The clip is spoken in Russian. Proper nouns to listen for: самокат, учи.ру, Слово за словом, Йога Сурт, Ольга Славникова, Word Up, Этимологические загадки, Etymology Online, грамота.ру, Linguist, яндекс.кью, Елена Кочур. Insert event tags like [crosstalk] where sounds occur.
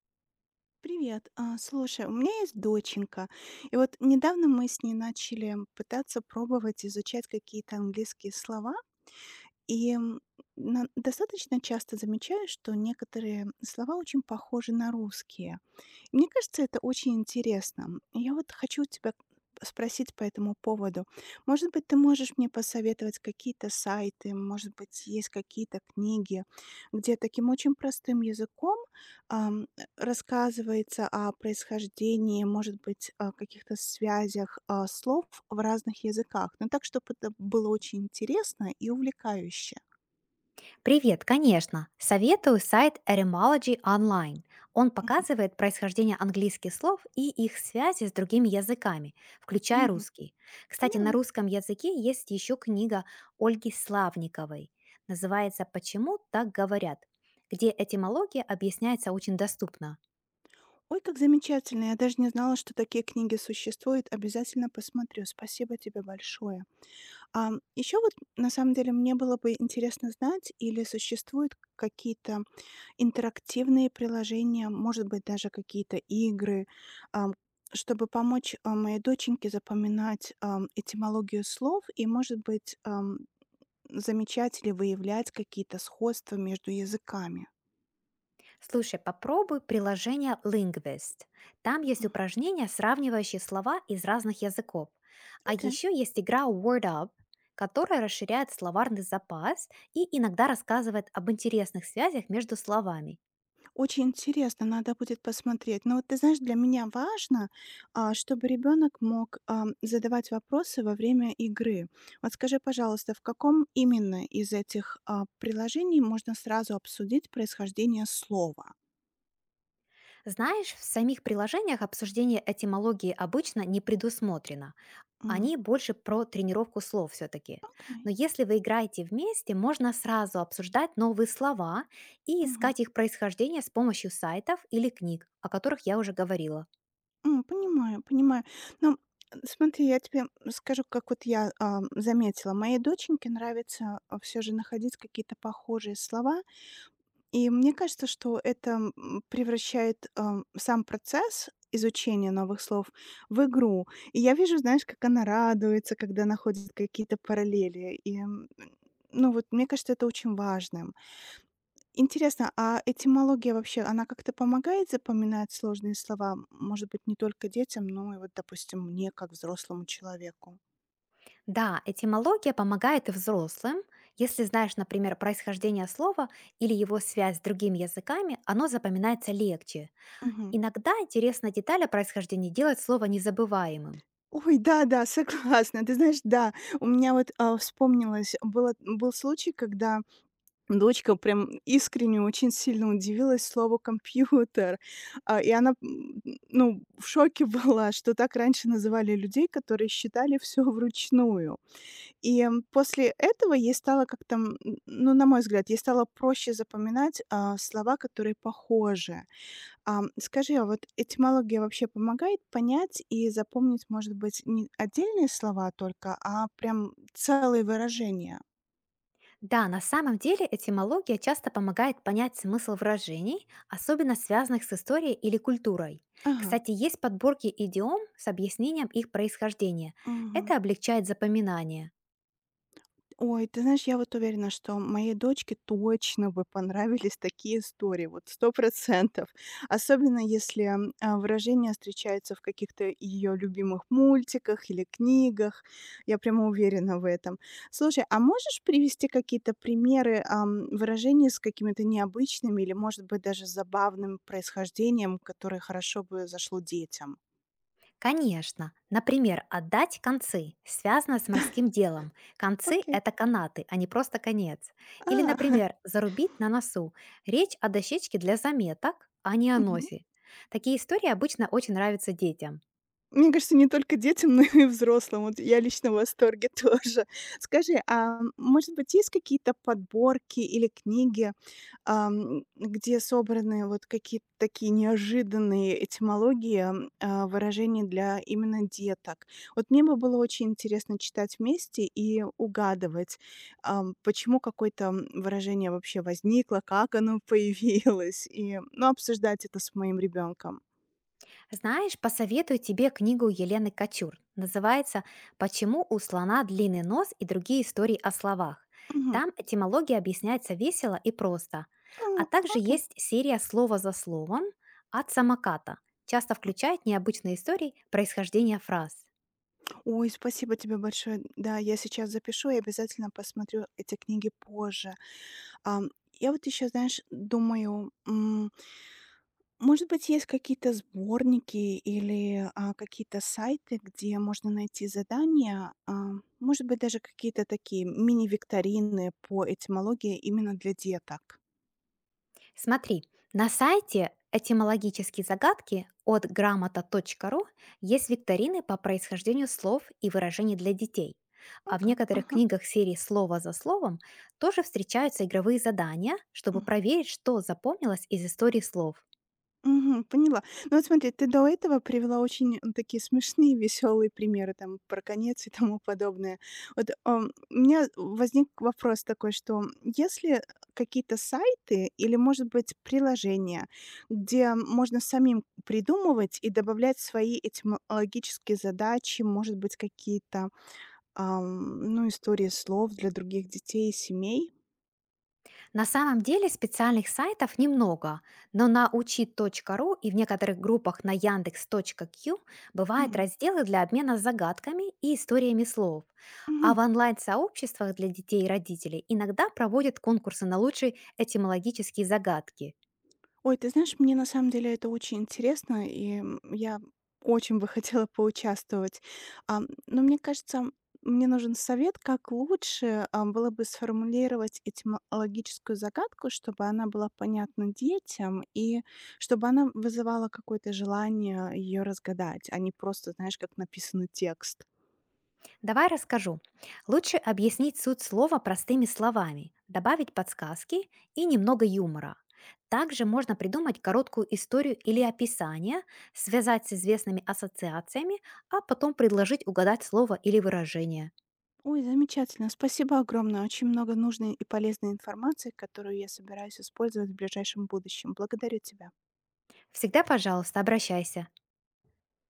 Привет. А, слушай, у меня есть доченька. И вот недавно мы с ней начали пытаться пробовать изучать какие-то английские слова. И м, Достаточно часто замечаю, что некоторые слова очень похожи на русские. Мне кажется, это очень интересно. Я вот хочу тебя спросить по этому поводу. Может быть, ты можешь мне посоветовать какие-то сайты, может быть, есть какие-то книги, где таким очень простым языком ам, рассказывается о происхождении, может быть, о каких-то связях слов в разных языках. Но так, чтобы это было очень интересно и увлекающе. Привет, конечно. Советую сайт Etymology Online. Он Мгм. показывает происхождение английских слов и их связи с другими языками, включая Мгм. русский. Кстати, на Поняла. русском языке есть еще книга Ольги Славниковой. Называется «Почему так говорят?», где этимология объясняется очень доступно. Ой, как замечательно! Я даже не знала, что такие книги существуют. Обязательно посмотрю. Спасибо тебе большое. А еще вот на самом деле мне было бы интересно знать, или существуют какие-то интерактивные приложения, может быть, даже какие-то игры, ам, чтобы помочь моей доченьке запоминать этимологию слов и, может быть, замечать или выявлять какие-то сходства между языками. Слушай, попробуй приложение Linguist. Там есть М. упражнения, сравнивающие слова из разных языков. А Окей. еще есть игра Word Up, которая расширяет словарный запас и иногда рассказывает об интересных связях между словами. Очень интересно, надо будет посмотреть. Но вот ты знаешь, для меня важно, чтобы ребенок мог задавать вопросы во время игры. Вот скажи, пожалуйста, в каком именно из этих приложений можно сразу обсудить происхождение слова? Знаешь, в самих приложениях обсуждение этимологии обычно не предусмотрено. Они М. больше про тренировку слов все-таки. Окей. Но если вы играете вместе, можно сразу обсуждать новые слова и Мгм. искать их происхождение с помощью сайтов или книг, о которых я уже говорила. М, понимаю, понимаю. Ну, смотри, я тебе скажу, как вот я заметила. Моей доченьке нравится все же находить какие-то похожие слова. И мне кажется, что это, превращает, сам процесс изучения новых слов в игру. И я вижу, знаешь, как она радуется, когда находит какие-то параллели. Ну, вот мне кажется, это очень важным. Интересно, а этимология вообще, она как-то помогает запоминать сложные слова? Может быть, не только детям, но и вот, допустим, мне как взрослому человеку? Да, этимология помогает и взрослым. Если знаешь, например, происхождение слова или его связь с другими языками, оно запоминается легче. Мгм. Иногда интересная деталь о происхождении делает слово незабываемым. Ой, да-да, [laughs] согласна. Ты знаешь, да, у меня вот, вспомнилось, был случай, когда дочка прям искренне очень сильно удивилась слову "компьютер". А, и она, м, ну, в шоке [laughs] была, что так раньше называли людей, которые считали все вручную. После этого ей стало как-то, ну, на мой взгляд, ей стало проще запоминать, слова, которые похожи. Скажи, а вот этимология вообще помогает понять и запомнить, может быть, не отдельные слова только, а прям целые выражения? Да, на самом деле этимология часто помогает понять смысл выражений, особенно связанных с историей или культурой. Ага. Кстати, есть подборки идиом с объяснением их происхождения. Мгм. Это облегчает запоминание. Ой, ты знаешь, я вот уверена, что моей дочке точно бы понравились такие истории, вот 100. Особенно если, выражение встречается в каких-то ее любимых мультиках или книгах. Я прямо уверена в этом. Слушай, а можешь привести какие-то примеры, выражений с какими-то необычными или, может быть, даже забавным происхождением, которое хорошо бы зашло детям? Конечно, например, отдать концы связано с морским делом. Концы– Окей. это канаты, а не просто конец. Или, А, например, зарубить на носу. Речь о дощечке для заметок, а не о [laughs] носе. Такие истории обычно очень нравятся детям. мне кажется, не только детям, [laughs] но и взрослым. Вот я лично в восторге [laughs] тоже. Скажи, а может быть, есть какие-то подборки или книги, где собраны вот какие-то такие неожиданные этимологии, выражений для именно деток? Вот мне бы было очень интересно читать вместе и угадывать, почему какое-то выражение вообще возникло, как оно [laughs] появилось, и, ну, обсуждать это с моим ребенком. Знаешь, посоветую тебе книгу Елены Кочур. Называется «Почему у слона длинный нос и другие истории о словах». Мгм. Там этимология объясняется весело и просто. А О, также окей. есть серия «Слово за словом» от самоката. Часто включает необычные истории происхождения фраз. Ой, спасибо тебе большое. Да, я сейчас запишу и обязательно посмотрю эти книги позже. Ам, я вот еще, знаешь, думаю, может быть, есть какие-то сборники или какие-то сайты, где можно найти задания, может быть, даже какие-то такие мини-викторины по этимологии именно для деток. Смотри, на сайте «Этимологические загадки» от грамота.ру есть викторины по происхождению слов и выражений для детей. А Ну в как, некоторых ага. книгах серии «Слово за словом» тоже встречаются игровые задания, чтобы Мгм. проверить, что запомнилось из истории слов. Мгм, поняла. Ну вот смотри, ты до этого привела очень, такие смешные, веселые примеры там про конец и тому подобное. Вот, у меня возник вопрос такой, что если какие-то сайты или, может быть, приложения, где можно самим придумывать и добавлять свои этимологические задачи, может быть, какие-то, ну, истории слов для других детей и семей? На самом деле специальных сайтов немного, но на учи.ру и в некоторых группах на яндекс.кью бывают М. разделы для обмена загадками и историями слов. А Мгм. в онлайн-сообществах для детей и родителей иногда проводят конкурсы на лучшие этимологические загадки. Ой, ты знаешь, мне на самом деле это очень интересно, я очень бы [laughs] хотела поучаствовать. Но мне кажется, мне нужен совет, как лучше было бы сформулировать этимологическую загадку, чтобы она была понятна детям и чтобы она вызывала какое-то желание ее разгадать, а не просто, знаешь, как написанный текст. Давай расскажу. Лучше объяснить суть слова простыми словами, добавить подсказки и немного юмора. Также можно придумать короткую историю или М. описание, связать с известными ассоциациями, а потом предложить угадать слово или выражение. Ой, замечательно. Спасибо огромное. Очень много нужной и полезной информации, которую я собираюсь использовать в ближайшем будущем. Благодарю тебя. Всегда, пожалуйста, обращайся.